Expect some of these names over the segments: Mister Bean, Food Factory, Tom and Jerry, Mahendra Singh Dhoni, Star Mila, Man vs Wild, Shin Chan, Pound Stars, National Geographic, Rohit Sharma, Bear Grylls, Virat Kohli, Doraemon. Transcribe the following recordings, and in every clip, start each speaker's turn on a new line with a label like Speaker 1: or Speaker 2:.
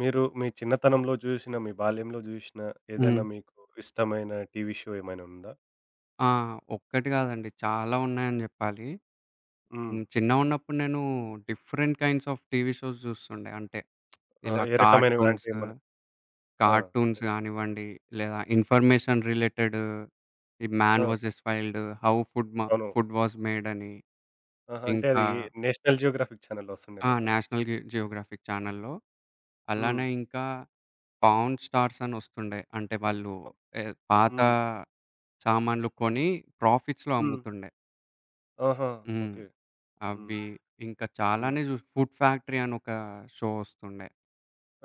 Speaker 1: మీరు మీ చిన్నతనంలో చూసిన, మీ బాల్యంలో చూసిన
Speaker 2: హ్మ్.
Speaker 1: ఏదైనా మీకు ఇష్టమైన టీవీ షో ఏమైనా ఉందా?
Speaker 2: ఆ! ఒక్కటి గాదండి. చాలా ఉన్నాయని జెప్పాలి.
Speaker 1: హ్మ్.
Speaker 2: హ్మ్. చిన్నగున్నప్పుడు నేను different kinds of TV shows జూస్తుండే. అంటే
Speaker 1: ఆ!
Speaker 2: ఇలా
Speaker 1: ఏ రకమైనవి
Speaker 2: కార్టూన్స్,
Speaker 1: అంటే మనకు? ఆ!
Speaker 2: కార్టూన్స్ గానివ్వండి, లేదా ఇన్ఫర్మేషన్ రిలేటెడ్ ఈ 'man
Speaker 1: ah!
Speaker 2: Versus wild', 'how food మ
Speaker 1: అవును.
Speaker 2: 'ఫుడ్ వాస్ మేడ్' అని.
Speaker 1: ఆహా! అంటే
Speaker 2: ఇంకా
Speaker 1: అది నేషనల్ జియోగ్రాఫిక్ ఛానెల్‌లో
Speaker 2: ఆ!
Speaker 1: వస్తుండేనేమో కదా!
Speaker 2: 'నేషనల్ జియోగ్రాఫిక్' ఛానెల్‌లో.
Speaker 1: హ్మ్.
Speaker 2: అలానే ఇంకా 'పౌండ్ స్టార్స్' అని ఒస్తుండే. అంటే వాళ్ళు ఏ పాత
Speaker 1: హ్మ్.
Speaker 2: సామాన్లు కొని ప్రాఫిట్స్‌లో
Speaker 1: హ్మ్.
Speaker 2: అమ్ముతుండే.
Speaker 1: ఆహా!
Speaker 2: హ్మ్.
Speaker 1: ఓకే. హ్మ్.
Speaker 2: అవి ఇంకా
Speaker 1: హ్మ్.
Speaker 2: చాలానే జూసి 'ఫుడ్ ఫ్యాక్టరీ' అని ఒక షో వస్తుండే.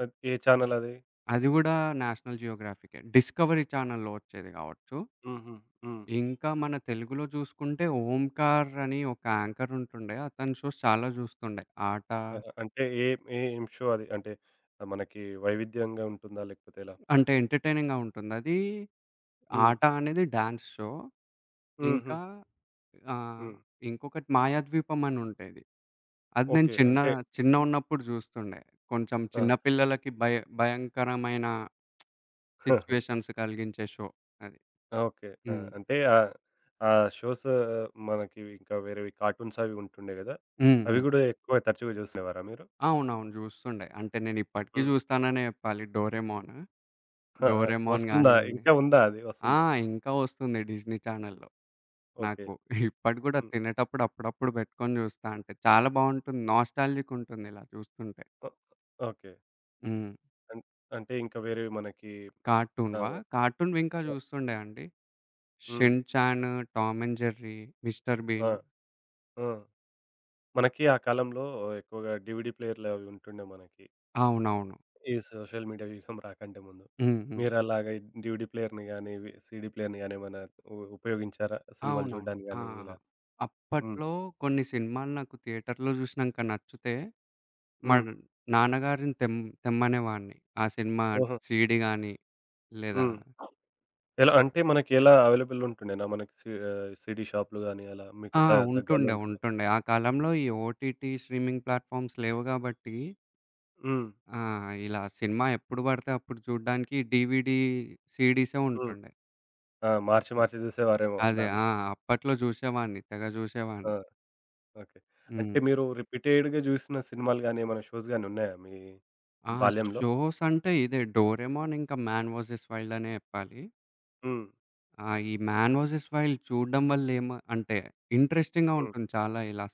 Speaker 1: అది ఏ ఛానెల్ అది?
Speaker 2: అది గూడా నేషనల్ జియోగ్రాఫికే. డిస్కవరీ ఛానల్‌లో వచ్చేది గావచ్చు.
Speaker 1: హుహు. హ్మ్.
Speaker 2: ఇంకా మన తెలుగులో జూసుకుంటే ఓంకార్ అని ఒక యాంకర్ ఉంటుండే. అతని షోస్ చాలా జూస్తుండే. ఆట
Speaker 1: ఆహా! అంటే ఏం షో అది? అంటే మనకి వైవిధ్యంగా ఉంటుందా? లేకపోతే ఎలా?
Speaker 2: అంటే ఎంటర్‌టైనింగ్‌గా ఉంటుందది.
Speaker 1: హ్మ్.
Speaker 2: ఆట అనేది డాన్స్ షో.
Speaker 1: హుహు.
Speaker 2: ఇంకా ఆహ్,
Speaker 1: హ్మ్.
Speaker 2: ఇంకొకటి 'మాయాద్వీపం' అని ఉంటది. అది నేను
Speaker 1: ఓకే. అంటే
Speaker 2: చిన్నగున్నప్పుడు జూస్తుండే. కొంచెం చిన్న
Speaker 1: ఆ!
Speaker 2: పిల్లలకి భయంకరమైన సిట్యుయేషన్స్ కలిగించే షో అది.
Speaker 1: ఓకే. ఆ!
Speaker 2: హ్మ్.
Speaker 1: అంటే ఆహ్, ఆ షోస్ మనకి ఇంకా వేరేవి కార్టూన్స్ అవి ఉంటుండే గదా!
Speaker 2: హ్మ్.
Speaker 1: అవి
Speaker 2: హ్మ్.
Speaker 1: గూడా ఎక్కువ తరచుగా జూసేవారా మీరు?
Speaker 2: అవునవును. జూస్తుండే. అంటే నేనిప్పటికి
Speaker 1: హ్మ్.
Speaker 2: జూస్తాననే జెప్పాలి 'డోరేమోన్.'
Speaker 1: ఆ! ఆ!
Speaker 2: 'డోరేమోన్'
Speaker 1: వస్తుందా?
Speaker 2: గానివ్వండి
Speaker 1: ఇంకా ఉందా అది
Speaker 2: ఆ!
Speaker 1: వస్తుందా?
Speaker 2: ఇంకా వస్తుంది డిస్నీ ఛానెల్‌లో.
Speaker 1: ఓకే.
Speaker 2: నాకు ఇప్పటికి గూడా
Speaker 1: హ్మ్.
Speaker 2: తినేటప్పుడు అప్పుడప్పుడు బెట్టుకొని జూస్తా. అంటే చాలా బావుంటుంది. నాస్టాల్జిక్ ఉంటుంది ఇలా చూస్తుంటే.
Speaker 1: Oh okay.
Speaker 2: హ్మ్.
Speaker 1: అన్ అంటే ఇంకా వేరేవి మనకి
Speaker 2: కార్టూన్‌వా?
Speaker 1: ఆహ్,
Speaker 2: కార్టూన్‌వి ఇంకా
Speaker 1: ఆ!
Speaker 2: జూస్తుండే అండి.
Speaker 1: హ్మ్.
Speaker 2: 'Shin Chan', 'Tom and Jerry', 'Mister
Speaker 1: ఆ!
Speaker 2: బీన్'.
Speaker 1: ఆ! మనకి ఆ కాలంలో ఎక్కువగా డీవీడీ ప్లేయర్‌లు అవి ఉంటుండే మనకి.
Speaker 2: అవునవును.
Speaker 1: ఈ సోషల్ మీడియా వ్యూహం రాకంటే ముందు.
Speaker 2: హ్మ్. హ్మ్.
Speaker 1: మీరలాగా డీవీడీ ప్లేయర్‌ని గాని, వి సీడీ ప్లేయర్‌ని గాని ఏమైనా ఉపయోగించారా సినిమాలు
Speaker 2: అవునవును.
Speaker 1: జూడ్డానికి
Speaker 2: ఆ!
Speaker 1: గాని ఇలా? హ్మ్.
Speaker 2: అప్పట్లో కొన్ని సినిమాలు నాకు థియేటర్‌లో జూసినంక నచ్చితే, మా
Speaker 1: హ్మ్.
Speaker 2: నాన్నగారిని తెమ్మనేవాడిని. ఆ సినిమా
Speaker 1: ఓహో!
Speaker 2: సీడీ గాని, లేదా
Speaker 1: హ్మ్. ఎలా అంటే మనకి ఎలా అవైలబుల్ ఉంటుండేనా? మనకి ఆహ్, సీడీ షాప్‌లు గాని అలా మీకు
Speaker 2: ఆ!
Speaker 1: దగ్గరలో
Speaker 2: ఉంటుండే,
Speaker 1: ఉంటుండే.
Speaker 2: ఉంటుండే. ఆ కాలంలో ఈ ఓటీటీ స్ట్రీమింగ్ ప్లాట్‌ఫామ్స్ లేవు గాబట్టి,
Speaker 1: హ్మ్.
Speaker 2: ఆ! ఇలా సినిమా ఎప్పుడు బడితే అప్పుడు చూడ్డానికి డీవీడీ, సీడీసే
Speaker 1: హ్మ్.
Speaker 2: ఉంటుండే.
Speaker 1: ఆ! మార్చి
Speaker 2: హ్మ్.
Speaker 1: మార్చి చూసేవారేమో
Speaker 2: అదే.
Speaker 1: దాన్ని.
Speaker 2: ఆ! అప్పట్లో జూసేవాడిని. తెగ
Speaker 1: ఆ!
Speaker 2: జూసేవాడిని.
Speaker 1: ఓకే. అంటే
Speaker 2: హ్మ్.
Speaker 1: మీరు రిపీటెడ్‌గా చూసిన సినిమాలు గాని, ఏమైనా షోస్ గాని ఉన్నాయా మీ
Speaker 2: ఆ!
Speaker 1: బాల్యంలో?
Speaker 2: షోస్ అంటే ఇదే 'డోరేమోన్' ఇంకా 'మ్యాన్ వర్సెస్ వైల్డ్' అనే జెప్పాలి.
Speaker 1: హ్మ్.
Speaker 2: ఆ! ఈ 'మ్యాన్ వర్సెస్ వైల్డ్' చూడడం వల్ల అంటే ఇంట్రెస్టింగ్‌గా
Speaker 1: హ్మ్.
Speaker 2: ఉంటుంది చాలా. ఇలా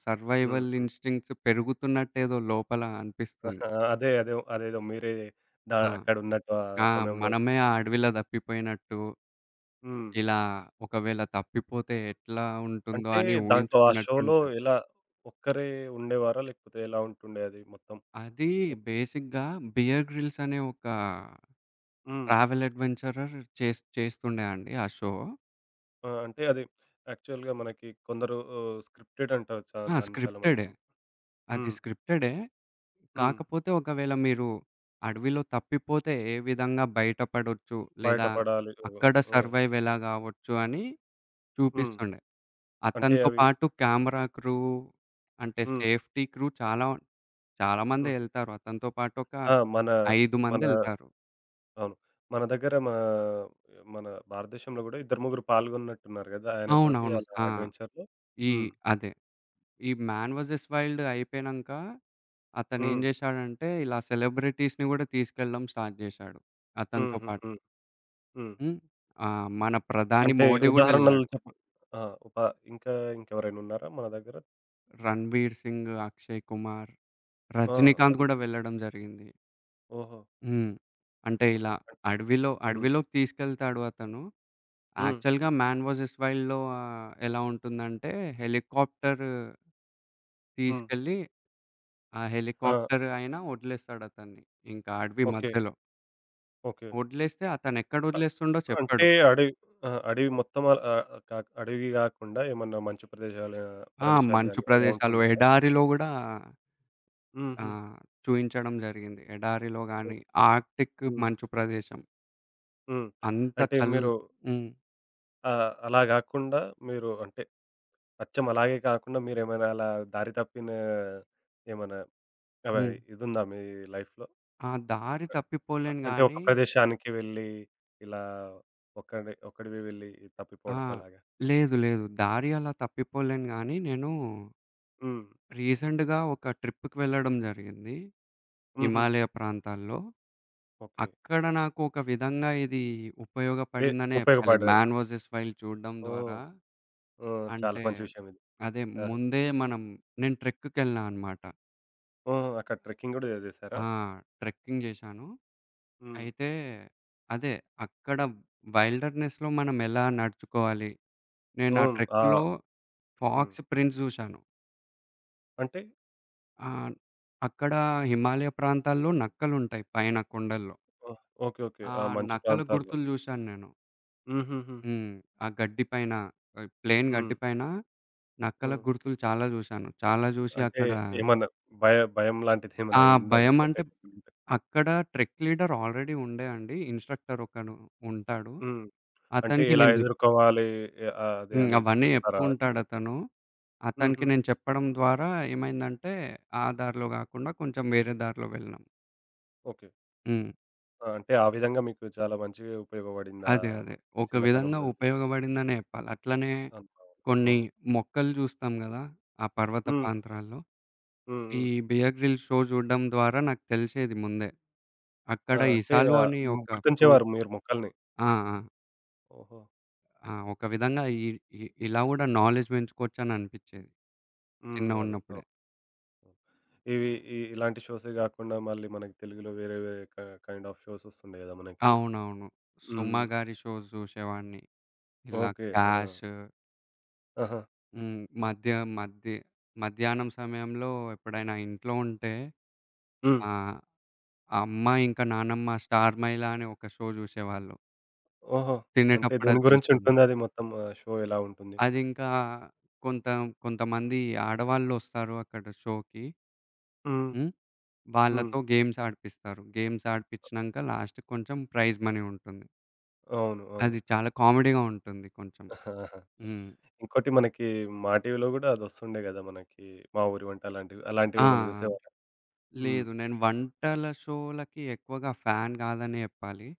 Speaker 1: హ్మ్.
Speaker 2: సర్వైవల్
Speaker 1: హ్మ్.
Speaker 2: ఇన్‌స్టింక్ట్స్ పెరుగుతున్నట్టేదో లోపల అనిపిస్తుంది.
Speaker 1: ఆహా! అదే అదే అదేదో మీరే
Speaker 2: ఆ!
Speaker 1: అక్కడ ఉన్నట్టు ఆ
Speaker 2: ఆ!
Speaker 1: సమయంలో.
Speaker 2: మనమే ఆ అడవిలో తప్పిపోయినట్టు,
Speaker 1: హ్మ్.
Speaker 2: ఇలా ఒకవేళ తప్పిపోతే ఎట్లా ఉంటుందో
Speaker 1: అంటే
Speaker 2: అని
Speaker 1: దాంట్లో ఆ షోలో
Speaker 2: ఊహించుకున్నట్టుంటది.
Speaker 1: ఎలా ఒక్కరే ఉండేవారా? లేకపోతే ఎలా ఉంటుండే అది మొత్తం?
Speaker 2: అది
Speaker 1: ఒక్
Speaker 2: బేసిక్‌గా 'బియర్ గ్రిల్స్' అనే ఒక
Speaker 1: హ్మ్.
Speaker 2: ట్రావెల్ అడ్వెంచరర్ చేస్తుండే అండి ఆ షో.
Speaker 1: ఆ! అంటే అది యాక్చువల్‌గా మనకి కొందరు ఆహ్, స్క్రిప్టెడ్ అంటారు
Speaker 2: ఆ!
Speaker 1: దాన్ని చాలామంది.
Speaker 2: స్క్రిప్టెడే. అది
Speaker 1: హ్మ్.
Speaker 2: స్క్రిప్టెడే.
Speaker 1: హ్మ్.
Speaker 2: కాకపోతే ఒకవేళ మీరు అడవిలో తప్పిపోతే ఏ విధంగా బయటపడొచ్చు? లేదా
Speaker 1: బయటపడాలి. ఓహ్!
Speaker 2: అక్కడ
Speaker 1: ఆ!
Speaker 2: సర్వైవ్ ఎలా గావచ్చు అని
Speaker 1: హ్మ్.
Speaker 2: చూపిస్తుండే.
Speaker 1: అంటే
Speaker 2: అతనితో
Speaker 1: అవి
Speaker 2: పాటు కెమెరా క్రూ అంటే
Speaker 1: హ్మ్.
Speaker 2: సేఫ్టీ క్రూ చాలా చాలా మందే
Speaker 1: హుహు.
Speaker 2: ఎళ్తారు. అతనితో పాటు ఒక
Speaker 1: ఆ! మన
Speaker 2: 5
Speaker 1: మన
Speaker 2: మందెళ్తారు.
Speaker 1: అవును. మన దగ్గర మన మన భారతదేశంలో గూడా ఇద్దరు ముగ్గురు పాల్గొన్నట్టున్నారు గదా! ఆయనతోటి
Speaker 2: అవునవును.
Speaker 1: అలా
Speaker 2: ఆ!
Speaker 1: అడ్వెంచర్‌లో.
Speaker 2: ఈ
Speaker 1: హ్మ్.
Speaker 2: అదే. ఈ 'మ్యాన్ వర్సెస్ వైల్డ్' అయిపోయినంక అతనేం
Speaker 1: హ్మ్.
Speaker 2: జేశాడంటే ఇలా సెలబ్రిటీస్‌ని గూడా తీసుకెళ్ళడం స్టార్ట్ జేశాడు
Speaker 1: హ్మ్.
Speaker 2: అతనితో
Speaker 1: హ్మ్.
Speaker 2: పాటు.
Speaker 1: హ్మ్. హ్మ్.
Speaker 2: హ్మ్. ఆ! మన ప్రధాని
Speaker 1: అంటే
Speaker 2: మోడీ గూడా
Speaker 1: ఉదాహరణలు
Speaker 2: ఎళ్ళాడు.
Speaker 1: చెప్పు. ఆ! ఉప ఇంకా ఇంకెవరైనా ఉన్నారా మన దగ్గర?
Speaker 2: 'రణ్‌వీర్ సింగ్', 'అక్షయ్ కుమార్',
Speaker 1: ఆ!
Speaker 2: 'రజనీకాంత్'
Speaker 1: హ్మ్.
Speaker 2: గూడా వెళ్ళడం జరిగింది.
Speaker 1: ఓహో!
Speaker 2: హ్మ్. అంటే ఇలా
Speaker 1: హ్మ్.
Speaker 2: అడవిలోకి తీసుకెళ్తాడు అతను.
Speaker 1: హ్మ్.
Speaker 2: యాక్చువల్‌గా 'మ్యాన్ వర్సెస్ వైల్డ్‌లో' ఎలా ఉంటుందంటే హెలికాప్టర్
Speaker 1: హ్మ్.
Speaker 2: తీసుకెళ్ళి ఆ
Speaker 1: ఆ!
Speaker 2: హెలికాప్టర్ ఆయన వదిలేస్తాడు అతన్ని. ఇంకా అడవి
Speaker 1: ఓకే.
Speaker 2: మధ్యలో.
Speaker 1: ఓకే.
Speaker 2: వదిలేస్తే అతనెక్కడ
Speaker 1: అ
Speaker 2: వదిలేస్తుండో
Speaker 1: అంటే
Speaker 2: చెప్పడు.
Speaker 1: అడవి, ఆ! అడవి మొత్తం ఆహ్, ఆహ్, కాక అడవి గాకుండా ఏమన్నా మంచు ప్రదేశాలు ఆ,
Speaker 2: ఆ!
Speaker 1: ప్రదేశాలు
Speaker 2: మంచు
Speaker 1: గాని అలా
Speaker 2: ప్రదేశాలు,
Speaker 1: ఉంటుండేనా?
Speaker 2: ఎడారిలో గూడా ఆ!
Speaker 1: హుహు.
Speaker 2: చూయించడం జరిగింది. ఎడారిలో
Speaker 1: హ్మ్.
Speaker 2: గాని, ఆర్క్టిక్
Speaker 1: హ్మ్.
Speaker 2: మంచు ప్రదేశం.
Speaker 1: హ్మ్.
Speaker 2: అంత
Speaker 1: అంటే
Speaker 2: చల్
Speaker 1: మీరు
Speaker 2: హ్మ్.
Speaker 1: ఆహ్, అలా గాకుండా మీరు, అంటే అచ్చం అలాగే కాకుండా మీరేమైనా అలా దారి తప్పిన ఏమన్నా అవ
Speaker 2: హ్మ్.
Speaker 1: ఇదుందా మీ లైఫ్‌లో?
Speaker 2: ఆ దారి తప్పిపోలేను
Speaker 1: అంటే ఒక
Speaker 2: గానీ
Speaker 1: ప్రదేశానికి వెళ్ళి ఇలా ఒక్కడివి వెళ్ళి
Speaker 2: ఆ!
Speaker 1: తప్పిపోవడం అలాగా?
Speaker 2: లేదు. లేదు. దారి అలా తప్పిపోలేను గానీ, నేను
Speaker 1: హ్మ్.
Speaker 2: రీసెంట్‌గా ఒక ట్రిప్‌కి వెళ్ళడం జరిగింది.
Speaker 1: హుహు.
Speaker 2: హిమాలయ ప్రాంతాల్లో.
Speaker 1: ఓకే.
Speaker 2: అక్కడ నాకు ఒక విధంగా ఇది
Speaker 1: ఏ
Speaker 2: ఉపయోగపడిందనే చెప్పాలి.
Speaker 1: ఉపయోగపడలేదు.
Speaker 2: 'మ్యాన్ వర్సెస్ వైల్డ్' చూడడం ద్వారా.
Speaker 1: ఓహ్! హ్మ్. చాలా
Speaker 2: అంటే
Speaker 1: మంచి విషయం ఇది.
Speaker 2: అదే
Speaker 1: ఆహా!
Speaker 2: ముందే మనం నేను ట్రెక్‌కెళ్ళినా అన్నమాట.
Speaker 1: హ్మ్. అక్కడ ట్రెక్కింగ్ గూడా చేసారా?
Speaker 2: ఆ! ట్రెక్కింగ్ చేశాను.
Speaker 1: హ్మ్.
Speaker 2: అయితే అదే. అక్కడ వైల్డర్‌నెస్‌లో మనం ఎలా నడుచుకోవాలి? నేను ఆ
Speaker 1: హ్మ్. ఆ!
Speaker 2: ట్రెక్‌లో
Speaker 1: హ్మ్.
Speaker 2: ఫాక్స్ ప్రింట్స్ జూశాను.
Speaker 1: అంటే
Speaker 2: ఆహ్, అక్కడ హిమాలయ ప్రాంతాల్లో నక్కలుంటాయి పైన కొండల్లో.
Speaker 1: ఓహ్! ఓకే. ఓకే.
Speaker 2: ఆ
Speaker 1: ఆ మంచు
Speaker 2: నక్కల
Speaker 1: ప్రాంతాల్లో.
Speaker 2: గుర్తులు జూశాను నేను.
Speaker 1: హుహుహు.
Speaker 2: హ్మ్. ఆ గడ్డి పైన ప్లెయిన్
Speaker 1: హ్మ్.
Speaker 2: గడ్డి పైన నక్కల
Speaker 1: హ్మ్.
Speaker 2: గుర్తులు చాలా జూశాను. చాలా జూసి
Speaker 1: అంటే
Speaker 2: అక్కడ
Speaker 1: ఏమన్నా భయం లాంటిదేమన్నా
Speaker 2: ఆ
Speaker 1: అయిందా
Speaker 2: భయం
Speaker 1: మీకంటే?
Speaker 2: అంటే అక్కడ ట్రెక్ లీడర్ ఆల్రెడీ ఉండే అండి. ఇన్‌స్ట్రక్టర్ ఒకడు ఉంటాడు.
Speaker 1: హ్మ్. అంటే
Speaker 2: అతనికి
Speaker 1: ఎలా
Speaker 2: నేను
Speaker 1: ఎదుర్కోవాలి, ఆహ్, అది
Speaker 2: హ్మ్.
Speaker 1: అని
Speaker 2: అవన్నీ జెప్తూ
Speaker 1: చెప్తారా అక్కడ?
Speaker 2: ఉంటాడతను. అతనికి
Speaker 1: హుహు.
Speaker 2: నేను చెప్పడం ద్వారా ఏమైందంటే, ఆ దారిలో గాకుండా కొంచెం వేరే దారిలో వెళ్ళినాం.
Speaker 1: ఓకే.
Speaker 2: హ్మ్.
Speaker 1: ఆ! అంటే ఆ విధంగా మీకు చాలా మంచిగా ఉపయోగపడిందా
Speaker 2: అదే. అదే. ఒక విధంగా
Speaker 1: చిన్నతనంలో
Speaker 2: ఉపయోగపడిందనే జెప్పాలి. అట్లనే
Speaker 1: అనుభవం.
Speaker 2: కొన్ని
Speaker 1: అవును.
Speaker 2: మొక్కలు జూస్తాం గదా! ఆ పర్వత
Speaker 1: హ్మ్.
Speaker 2: ప్రాంతాల్లో.
Speaker 1: హ్మ్.
Speaker 2: ఈ
Speaker 1: హ్మ్.
Speaker 2: 'బియర్ గ్రిల్స్' షో జూడడం ద్వారా నాకు తెలిసేది ముందే. అక్కడ
Speaker 1: ఆ! అంటే
Speaker 2: ఇసాలు
Speaker 1: ఆహ్,
Speaker 2: అని ఒక ఫ్రూ
Speaker 1: గుర్తించేవారు మీరు మొక్కల్ని.
Speaker 2: ఆ! ఆ!
Speaker 1: ఓహో!
Speaker 2: ఆ! ఒక విధంగా ఇ ఇ ఇలా గూడా నాలెడ్జ్ పెంచుకోవచ్చననిపిచ్చేది
Speaker 1: హ్మ్. అదే.
Speaker 2: చిన్నగున్నప్పుడే.
Speaker 1: అవును. అవును. ఇవి ఇలాంటి షోసే గాకుండా మళ్ళీ మనకి తెలుగులో వేరే వేరే కైండ్ ఆఫ్ షోస్ వస్తుండే గదా! మనకి.
Speaker 2: అవునవును. సుమ
Speaker 1: హ్మ్.
Speaker 2: గారి షోస్ జూసేవాడిని. ఇలా
Speaker 1: ఓకే. ఆ!
Speaker 2: 'క్యాష్'.
Speaker 1: ఆహా!
Speaker 2: హ్మ్. మధ్య మధ్య మధ్యాహ్నం సమయంలో ఎప్పుడైనా ఇంట్లో ఉంటే
Speaker 1: హ్మ్.
Speaker 2: ఆహ్, అమ్మ ఇంకా నానమ్మ 'స్టార్ మైలా' అనే ఒక షో జూసేవాళ్ళు.
Speaker 1: ఓహో! అంటే
Speaker 2: తినేటప్పుడు
Speaker 1: దేని
Speaker 2: అది
Speaker 1: గురించి
Speaker 2: జూస్తుండే.
Speaker 1: ఉంటుందది మొత్తం, ఆహ్, షో ఎలా ఉంటుంది?
Speaker 2: అదింకా కొంత కొంతమంది ఆడవాళ్ళొస్తారు అక్కడ షోకి.
Speaker 1: హ్మ్.
Speaker 2: హ్మ్.
Speaker 1: హ్మ్.
Speaker 2: వాళ్ళతో గేమ్స్ ఆడిపిస్తారు. గేమ్స్ ఆడిపిచ్చినంక లాస్ట్‌కి కొంచెం ప్రైజ్ మనీ ఉంటుంది.
Speaker 1: అవును. అవును.
Speaker 2: అది చాలా కామెడీగా ఉంటుంది కొంచెం.
Speaker 1: ఆహా!
Speaker 2: హ్మ్.
Speaker 1: ఇంకోటి మనకి మా టీవీలో గూడా అదొస్తుండే గదా! మనకి 'మా ఊరి వంట' అలాంటివి,
Speaker 2: ఆ!
Speaker 1: అలాంటివేమన్నా జూసేవారా? హ్మ్.
Speaker 2: లేదు. నేను వంటల షోలకి ఎక్కువగా ఫ్యాన్ గాదనే జెప్పాలి.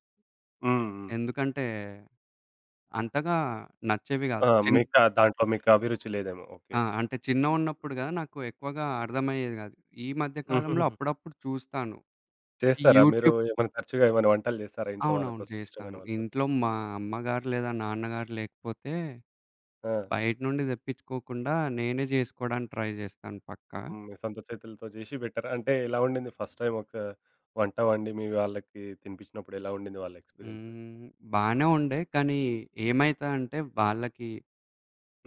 Speaker 1: హ్మ్. హ్మ్.
Speaker 2: ఎందుకంటే అంతగా నచ్చేవి గాదు.
Speaker 1: ఆ! మీకు దాంట్లో అభిరుచి లేదేమో. ఓకే.
Speaker 2: ఆ! అంటే చిన్నగున్నప్పుడు గదా! నాకు ఎక్కువగా అర్థమయ్యేది గాదు. ఈ మధ్య కాలంలో
Speaker 1: హుహుహు.
Speaker 2: అప్పుడప్పుడు చూస్తాను. ఈ
Speaker 1: చేస్తారా మీరు
Speaker 2: యూట్యూబ్.
Speaker 1: ఏమైనా తరచుగా, ఏమైనా వంటలు చేస్తారా ఇంట్లో వాళ్ళ
Speaker 2: అవునవును.
Speaker 1: కోసం, ఇష్టమైన
Speaker 2: చేస్తాను.
Speaker 1: వాళ్ళ కోసం?
Speaker 2: ఇంట్లో మా అమ్మగారు లేదా నాన్నగారు లేకపోతే
Speaker 1: ఆ!
Speaker 2: బయట నుండి తెప్పించుకోకుండా నేనే జేసుకోవడానికి ట్రై జేస్తాను పక్కా.
Speaker 1: హ్మ్. మీ సొంత చేతులతో చేసి పెట్టారా? అంటే ఎలా ఉండింది ఫస్ట్ టైమ్ ఒక వంట వండి మీ వాళ్ళకి తినిపించినప్పుడు ఎలా ఉండింది వాళ్ళ ఎక్స్‌పీరియన్స్?
Speaker 2: హ్మ్. బానే ఉండే కానీ ఏమైతదంటే వాళ్ళకి,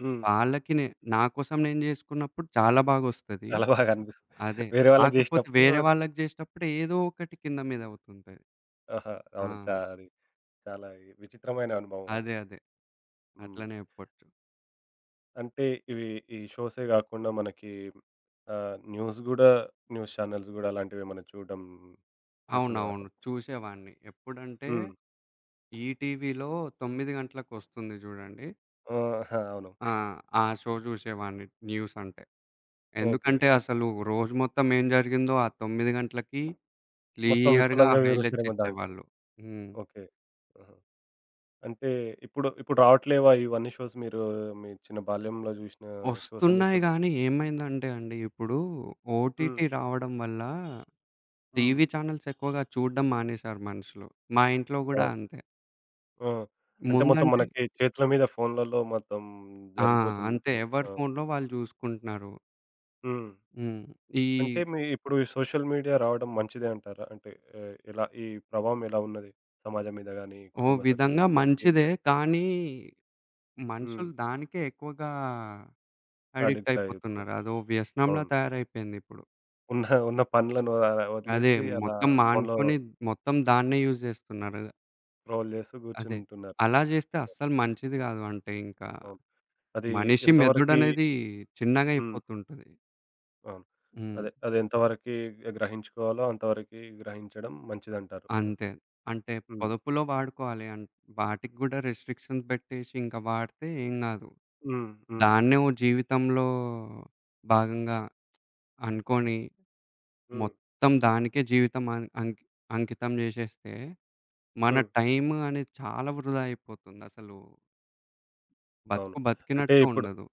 Speaker 1: హ్మ్.
Speaker 2: వాళ్ళకి నే నా కోసం నేను జేసుకున్నప్పుడు చాలా బాగొస్తది.
Speaker 1: చాలా బాగా అనిపిస్తుంది.
Speaker 2: అదే.
Speaker 1: వేరే వాళ్ళకి
Speaker 2: కాకపోతే
Speaker 1: చేసినప్పుడు
Speaker 2: వేరే వాళ్ళకి జేసేటప్పుడు ఏదో ఒకటి కింద మీద అవుతుంటది.
Speaker 1: ఆహా!
Speaker 2: ఆ!
Speaker 1: అవును. అది చాలా విచిత్రమైన అనుభవం అది.
Speaker 2: అదే. అదే.
Speaker 1: హ్మ్.
Speaker 2: అట్లనే చెప్పొచ్చు.
Speaker 1: అంటే ఇవి, ఈ షోసే గాకుండా మనకి ఆహ్, న్యూస్ ఛానెల్స్ గూడా అలాంటివేమన్నా చూడడం చేస్తుండేవారా?
Speaker 2: అవునవును. చూసేవాడిని. ఎప్పుడంటే
Speaker 1: హ్మ్.
Speaker 2: ఈటీవీలో 9 గంటలకొస్తుంది చూడండి.
Speaker 1: ఆ! అవును.
Speaker 2: ఆ! ఆ షో చూసేవాడిని న్యూస్ అంటే.
Speaker 1: ఓకే.
Speaker 2: ఎందుకంటే అసలు రోజు మొత్తం ఏం జరిగిందో ఆ 9 గంటలకి
Speaker 1: మొత్తం
Speaker 2: క్లియర్‌గా
Speaker 1: విపులంగా
Speaker 2: హైలైట్స్
Speaker 1: వివరిస్తారేమో దాంట్లో.
Speaker 2: ఇచ్చేవాళ్ళు. హ్మ్.
Speaker 1: ఓకే. ఆహా! అంటే ఇప్పుడు ఇప్పుడు రావట్లేవా ఇవన్నీ షోస్ మీరు మీ చిన్న బాల్యంలో జూషిన షోస్ అన్నీ
Speaker 2: వస్తున్నాయి
Speaker 1: ఇప్పుడు?
Speaker 2: గానీ ఏమైందంటే అండి ఇప్పుడు
Speaker 1: హ్మ్.
Speaker 2: ఓటీటీ రావడం వల్ల
Speaker 1: హ్మ్.
Speaker 2: టీవీ ఛానెల్స్ ఎక్కువగా చూడడం మానేశారు మనుషులు. మా ఇంట్లో గూడా
Speaker 1: అవును.
Speaker 2: అంతే.
Speaker 1: ఆ! అంటే మొత్తం
Speaker 2: ముందంటే
Speaker 1: మనకి చేతుల మీద ఫోన్‌లలో మొత్తం
Speaker 2: ఆ!
Speaker 1: జరిగిపోతుంది
Speaker 2: అంతే.
Speaker 1: మొత్తం.
Speaker 2: ఎవరి
Speaker 1: ఆ!
Speaker 2: ఫోన్‌లో వాళ్ళు జూసుకుంటున్నారు.
Speaker 1: హ్మ్.
Speaker 2: హ్మ్. ఈ
Speaker 1: అంటే మీ ఇప్పుడు ఈ సోషల్ మీడియా రావడం మంచిదే అంటారా? అంటే ఆహ్, ఎలా ఈ ప్రభావం ఎలా ఉన్నది సమాజం మీద గాని,
Speaker 2: ఓ
Speaker 1: కుటుంబ సభ్యుల
Speaker 2: విధంగా
Speaker 1: మీద, మీ మీద?
Speaker 2: మంచిదే. కానీ
Speaker 1: హ్మ్.
Speaker 2: మనుషులు దానికే ఎక్కువగా అడిక్ట్
Speaker 1: అడిక్ట్ అయితున్నారు.
Speaker 2: అయిపోతున్నారు. అదో వ్యసనంలా
Speaker 1: అవును.
Speaker 2: తయారైపోయిందిప్పుడు.
Speaker 1: ఉన్న ఉన్న పనులను ఆహ్,
Speaker 2: అదే
Speaker 1: వదిలేసి అలా
Speaker 2: మొత్తం
Speaker 1: ఫోన్‌లో
Speaker 2: మానుకొని మొత్తం దాన్నే యూజ్ జేస్తున్నారు.
Speaker 1: స్క్రోల్ చేస్తూ
Speaker 2: అదే.
Speaker 1: కూర్చుంటున్నారు.
Speaker 2: అలా జేస్తే అస్సలు మంచిది గాదు. అంటే ఇంకా
Speaker 1: అవును. అది
Speaker 2: మనిషి
Speaker 1: ఎంతవరకి
Speaker 2: మెదడనేది చిన్నగా
Speaker 1: హ్మ్.
Speaker 2: అయిపోతుంటది.
Speaker 1: అవును.
Speaker 2: హ్మ్.
Speaker 1: అదే. అది ఎంతవరకి గ్రహించుకోవాలో అంతవరకి గ్రహించడం మంచిదంటారు మీరు.
Speaker 2: అంతే. అంటే
Speaker 1: హ్మ్.
Speaker 2: పొదుపులో వాడుకోవాలి. వాటికి గూడా రిస్ట్రిక్షన్స్ బెట్టేసి ఇంకా వాడితే ఏం గాదు.
Speaker 1: హ్మ్. హ్మ్.
Speaker 2: దాన్నే ఓ జీవితంలో భాగంగా అనుకోని,
Speaker 1: హ్మ్.
Speaker 2: మొత్తం దానికే జీవితం అం అంకి అంకితం జేసేస్తే, మన
Speaker 1: హ్మ్.
Speaker 2: టైం అనేది చాలా వృధా అయిపోతుందసలు.
Speaker 1: అవును.
Speaker 2: బతుకు
Speaker 1: అంటే
Speaker 2: బతికినట్టే
Speaker 1: ఇప్పుడు
Speaker 2: ఉండదు.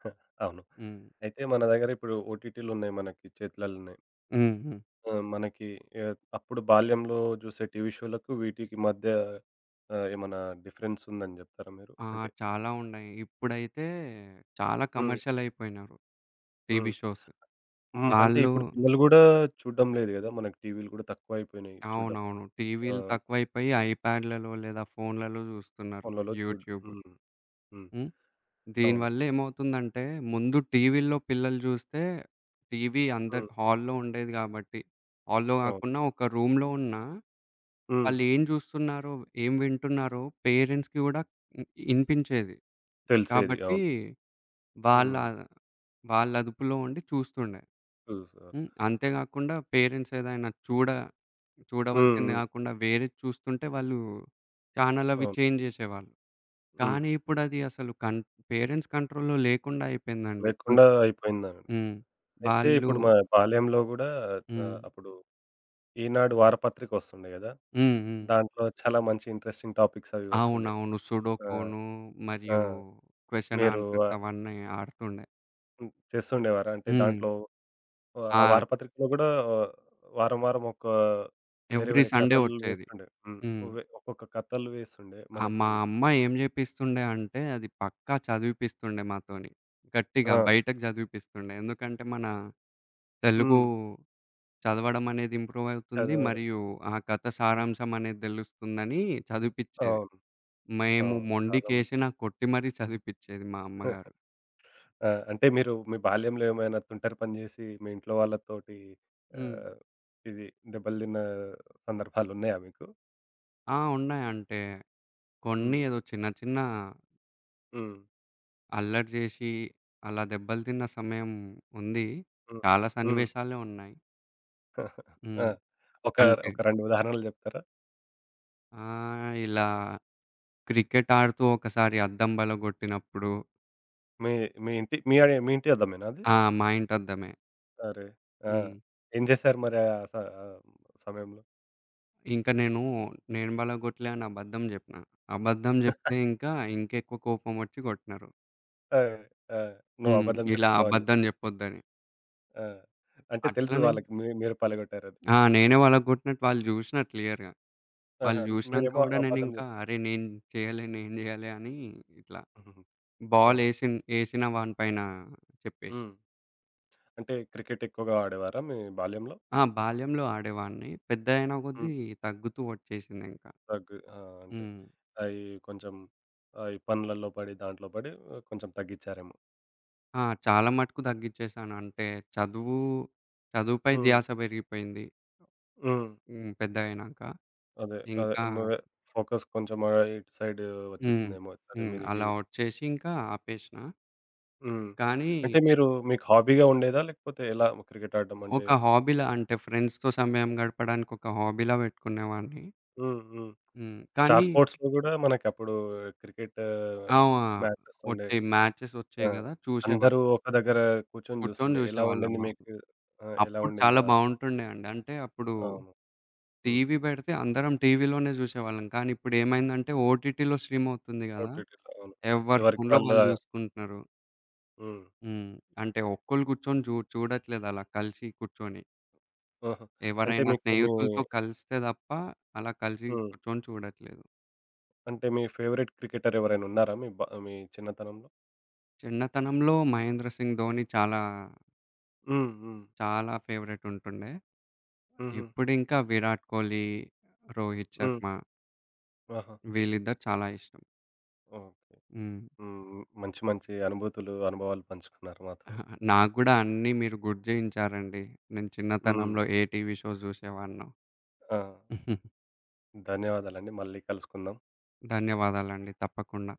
Speaker 1: అవును.
Speaker 2: హ్మ్.
Speaker 1: అయితే మన దగ్గర ఇప్పుడు ఓటీటీలున్నాయి మనకి చేతులల్లోనే.
Speaker 2: హ్మ్. హ్మ్.
Speaker 1: ఆ! మనకి ఆహ్, అప్పుడు బాల్యంలో చూసే టీవీ షోలకు వీటికి మధ్య ఆహ్, ఏమన్నా డిఫరెన్స్ ఉందని చెప్తారా మీరు?
Speaker 2: ఆ!
Speaker 1: అంటే
Speaker 2: చాలా ఉన్నాయి. ఇప్పుడైతే చాలా
Speaker 1: హ్మ్.
Speaker 2: కమర్షియల్ అయిపోయినారు టీవీ
Speaker 1: హ్మ్.
Speaker 2: షోస్.
Speaker 1: హ్మ్. అంటే
Speaker 2: వాళ్ళు
Speaker 1: ఇప్పుడు పిల్లలు గూడా చూడ్డం లేదు గదా! మనకు టీవీలు గూడా తక్కువైపోయినాయి చూడ్డం.
Speaker 2: అవునవును.
Speaker 1: ఆ!
Speaker 2: టీవీలు తక్కువైపోయి ఐప్యాడ్‌లలో లేదా ఫోన్‌లలో జూస్తున్నారు
Speaker 1: ఫోన్లలో
Speaker 2: యూట్యూబ్.
Speaker 1: హ్మ్. హ్మ్.
Speaker 2: హ్మ్.
Speaker 1: అవును.
Speaker 2: దీనివల్ల ఏమవుతుందంటే, ముందు టీవీల్లో పిల్లలు జూస్తే, టీవీ అందరు
Speaker 1: హ్మ్.
Speaker 2: హాల్‌లో ఉండేది గాబట్టి, హాల్‌లో
Speaker 1: అవును.
Speaker 2: గాకున్నా ఒక రూమ్‌లో ఉన్నా,
Speaker 1: హ్మ్.
Speaker 2: వాళ్ళేం జూస్తున్నారో, ఏం వింటున్నారో పేరెంట్స్‌కి గూడా ఇ ఇనిపించేది.
Speaker 1: తెలిసేది.
Speaker 2: కాబట్టి
Speaker 1: అవును.
Speaker 2: వాళ్ళ
Speaker 1: హ్మ్.
Speaker 2: వాళ్ళ అదుపులో ఉండి చూస్తుండే.
Speaker 1: చూసారు.
Speaker 2: హ్మ్. అంతే గాకుండా పేరెంట్స్ ఏదైనా
Speaker 1: హ్మ్.
Speaker 2: చూడవలసింది
Speaker 1: హ్మ్.
Speaker 2: గాకుండా వేరేది చూస్తుంటే వాళ్ళు ఛానెల్ అవి
Speaker 1: అవును.
Speaker 2: చేంజ్ జేసేవాళ్ళు.
Speaker 1: హ్మ్.
Speaker 2: కానీ ఇప్పుడది అసలు పేరెంట్స్ కంట్రోల్‌లో లేకుండా అయిపోయిందండి. ఇంక
Speaker 1: లేకుండా అయిపోయిందన్
Speaker 2: హ్మ్.
Speaker 1: అయితే
Speaker 2: వాళ్ళు
Speaker 1: ఇప్పుడు మా బాల్యంలో గూడా
Speaker 2: హ్మ్.
Speaker 1: ఆహ్, అప్పుడు ఈనాడు వారపత్రిక వస్తుండే గదా!
Speaker 2: హ్మ్. హ్మ్.
Speaker 1: దాంట్లో చాలా మంచి ఇంట్రెస్టింగ్ టాపిక్స్ అవి వస్తుండే.
Speaker 2: అవునవును.
Speaker 1: ఆ!
Speaker 2: సుడోకోను
Speaker 1: ఆ!
Speaker 2: మరియు క్వెషన్
Speaker 1: మీరు
Speaker 2: ఆన్సర్స్
Speaker 1: ఆహ్,
Speaker 2: అవన్నీ ఆడుతుండే.
Speaker 1: హ్మ్. చేస్తుండేవారా? అంటే
Speaker 2: హ్మ్.
Speaker 1: దాంట్లో ఆ
Speaker 2: ఆ!
Speaker 1: వారపత్రికలో గూడా వారం, వారం ఒక వేరే,
Speaker 2: ఎవ్రీ
Speaker 1: వేరే
Speaker 2: సండే
Speaker 1: కథలు
Speaker 2: వచ్చేది.
Speaker 1: వేస్తుండే. హ్మ్.
Speaker 2: హ్మ్.
Speaker 1: ఒక్కొక్క కథలు వేస్తుండే
Speaker 2: ఆ! మా
Speaker 1: మనకి.
Speaker 2: అమ్మ ఏం జేపిస్తుండే అంటే అది పక్కా చదివిపిస్తుండే మాతోని. గట్టిగా
Speaker 1: ఆ!
Speaker 2: బయటకు చదివిపిస్తుండే. ఎందుకంటే మన తెలుగు
Speaker 1: హ్మ్.
Speaker 2: చదవడం అనేది ఇంప్రూవ్ అవుతుంది.
Speaker 1: చదవడం.
Speaker 2: మరియు ఆ కథ
Speaker 1: హ్మ్.
Speaker 2: సారాంశం అనేది తెలుస్తుందని చదివిపిచ్చేది.
Speaker 1: అవును.
Speaker 2: మేము
Speaker 1: అవును. చాలా మంది.
Speaker 2: మొండికేసి నాకు కొట్టి మరీ చదివిపిచ్చేది మా అమ్మగారు.
Speaker 1: ఆ! అంటే మీరు మీ బాల్యంలో ఏమైనా తుంటరి పని జేసి మీ ఇంట్లో వాళ్ళతోటి
Speaker 2: హ్మ్.
Speaker 1: ఆహ్, ఇది దెబ్బలు తిన్న సందర్భాలున్నాయా మీకు?
Speaker 2: ఆ! ఉన్నాయి. అంటే కొన్ని
Speaker 1: హ్మ్.
Speaker 2: ఏదో చిన్న చిన్న
Speaker 1: హ్మ్.
Speaker 2: అల్లరి చేసి అలా దెబ్బలు తిన్న సమయం ఉంది.
Speaker 1: హ్మ్.
Speaker 2: చాలా
Speaker 1: హ్మ్.
Speaker 2: సన్నివేశాలే ఉన్నాయి.
Speaker 1: ఆ!
Speaker 2: హ్మ్.
Speaker 1: ఒక,
Speaker 2: అంటే
Speaker 1: ఒక 2 ఉదాహరణలు జెప్తారా?
Speaker 2: ఇలా క్రికెట్ ఆడుతూ ఒకసారి అద్దం బలగొట్టినప్పుడు
Speaker 1: మీ మీ ఇంటి మీ, మీ ఇంటి అద్దమేనా అది?
Speaker 2: ఆ! మా ఇంటద్దమే.
Speaker 1: అరే! ఆ!
Speaker 2: హ్మ్.
Speaker 1: ఏం జేశారు మరి ఆ సమయంలో?
Speaker 2: ఇంకా నేను బలగొట్టలే అని అబద్ధం జెప్పినా. అబద్ధం జెప్తే ఇంకా ఇంకెక్కువ కోపమొచ్చి కొట్టినారు.
Speaker 1: ఆ! ఆ! నువ్వు
Speaker 2: హ్మ్.
Speaker 1: అబద్ధం
Speaker 2: ఇలా
Speaker 1: జెప్తున్నావు అని జెప్పి.
Speaker 2: అబద్ధం జెప్పొద్దని.
Speaker 1: ఆ! అంటే తెలుసు
Speaker 2: అట్లనే
Speaker 1: వాళ్ళకి మీరు పలగొట్టారని.
Speaker 2: ఆ! నేనే వాళ్ళకి గొట్టినట్టు వాళ్ళు జూసినారు క్లియర్‌గా. వాళ్ళు
Speaker 1: ఆహా!
Speaker 2: జూసినంక
Speaker 1: మీరేమో
Speaker 2: గూడా
Speaker 1: అబద్ధం
Speaker 2: నేనింకా
Speaker 1: జెప్పారు.
Speaker 2: అరే! నేను చేయలే, నేను జేయలే అని ఇట్లా
Speaker 1: హుహు. ఆ!
Speaker 2: బాలేసిన్ ఏసిన వాని పైన చెప్పేసిన.
Speaker 1: హ్మ్. అంటే క్రికెట్ ఎక్కువగా ఆడేవారా మీ బాల్యంలో?
Speaker 2: ఆ! బాల్యంలో ఆడేవాడిని. పెద్దయిన
Speaker 1: హ్మ్.
Speaker 2: కొద్దీ తగ్గుతూ వచ్చేసిందింకా.
Speaker 1: ఆ! అంటే
Speaker 2: హ్మ్.
Speaker 1: అయి కొంచెం ఆహ్, ఈ పనులలో పడి దాంట్లో పడి కొంచెం తగ్గిచ్చారేమో.
Speaker 2: ఆ! చాలా మటుకు తగ్గిచ్చేశాను. అంటే చదువు చదువుపై
Speaker 1: హ్మ్.
Speaker 2: ధ్యాస పెరిగిపోయింది.
Speaker 1: హ్మ్.
Speaker 2: హ్మ్. పెద్దగయినాక.
Speaker 1: అదే. అదే.
Speaker 2: ఇంకా
Speaker 1: ఫోకస్ కొంచెం ఆహ్, ఇటు సైడ్
Speaker 2: హ్మ్.
Speaker 1: వచ్చేసిందేమో చదువు
Speaker 2: హ్మ్.
Speaker 1: మీదకి.
Speaker 2: అలా వచ్చేసి ఇంకా ఆపేసిన.
Speaker 1: హ్మ్.
Speaker 2: కానీ
Speaker 1: అంటే మీరు, మీకు హాబీగా ఉండేదా? లేకపోతే ఎలా క్రికెట్ ఆడడం అంటే?
Speaker 2: ఒక హాబీలా అంటే ఫ్రెండ్స్‌తో సమయం గడపడానికి ఒక హాబీలా పెట్టుకునేవాడిని.
Speaker 1: హ్మ్. హ్మ్.
Speaker 2: హ్మ్. కానీ
Speaker 1: స్టార్ స్పోర్ట్స్‌లో గూడా మనకప్పుడు క్రికెట్
Speaker 2: ఆ!
Speaker 1: మ్యాచెస్ ఉండే.
Speaker 2: వచ్చేయి మ్యాచెస్
Speaker 1: ఆ!
Speaker 2: వచ్చేయి గదా!
Speaker 1: అందరూ
Speaker 2: చూసేవాడిని.
Speaker 1: ఒక దగ్గర కూర్చొని
Speaker 2: కూర్చొని
Speaker 1: జూస్తుండే. ఎలా
Speaker 2: చూసేవాళ్ళం.
Speaker 1: ఉండింది
Speaker 2: అవును.
Speaker 1: మీకు? ఆ! ఎలా
Speaker 2: అప్పుడు చాలా
Speaker 1: ఉండిందా?
Speaker 2: బావుంటుండే అండి. అంటే అప్పుడు
Speaker 1: అవును. హ్మ్.
Speaker 2: టీవీ పెడితే అందరం టీవీలోనే చూసేవాళ్ళం. కానీ ఇప్పుడు ఏమైందంటే ఓటీటీలో స్ట్రీమ్ అవుతుంది గదా!
Speaker 1: ఓటీటీలో అవును.
Speaker 2: ఎవరి
Speaker 1: ఎవరికి
Speaker 2: ఫోన్‌లో
Speaker 1: వాళ్ళ
Speaker 2: వాళ్ళు చూసుకుంటున్నారు.
Speaker 1: హ్మ్.
Speaker 2: హ్మ్. అంటే ఒక్కళ్ళు కూర్చొని చూడట్లేదు అలా కలిసి కూర్చొని.
Speaker 1: ఆహా! అంటే
Speaker 2: ఎవరైనా
Speaker 1: మీకు మీ
Speaker 2: స్నేహితులతో కలిస్తే తప్ప అలా కలిసి
Speaker 1: హ్మ్.
Speaker 2: కూర్చొని చూడట్లేదు.
Speaker 1: అంటే మీ ఫేవరెట్ క్రికెటర్ ఎవరైనా ఉన్నారా? మీ చిన్నతనంలో?
Speaker 2: చిన్నతనంలో 'మహేంద్ర సింగ్ ధోని' చాలా,
Speaker 1: హ్మ్. హ్మ్.
Speaker 2: చాలా ఫేవరెట్ ఉంటుండే.
Speaker 1: హుహు.
Speaker 2: ఇప్పుడింకా 'విరాట్ కోహ్లీ', 'రోహిత్
Speaker 1: హ్మ్.
Speaker 2: శర్మ'
Speaker 1: ఆహా!
Speaker 2: వీళ్ళిద్దరు చాలా ఇష్టం.
Speaker 1: ఓకే.
Speaker 2: హ్మ్.
Speaker 1: హ్మ్. మంచి మంచి అనుభూతులు, అనుభవాలు పంచుకున్నారు మాతో.
Speaker 2: ఆహా! నాకు గూడా అన్నీ మీరు గుర్తు చేయించారండి. నేను
Speaker 1: హ్మ్.
Speaker 2: చిన్నతనంలో ఏ టీవీ షోస్ చూసేవాడినో.
Speaker 1: ఆ! ధన్యవాదాలండి. మళ్ళీ కలుసుకుందాం.
Speaker 2: ధన్యవాదాలండి. తప్పకుండా.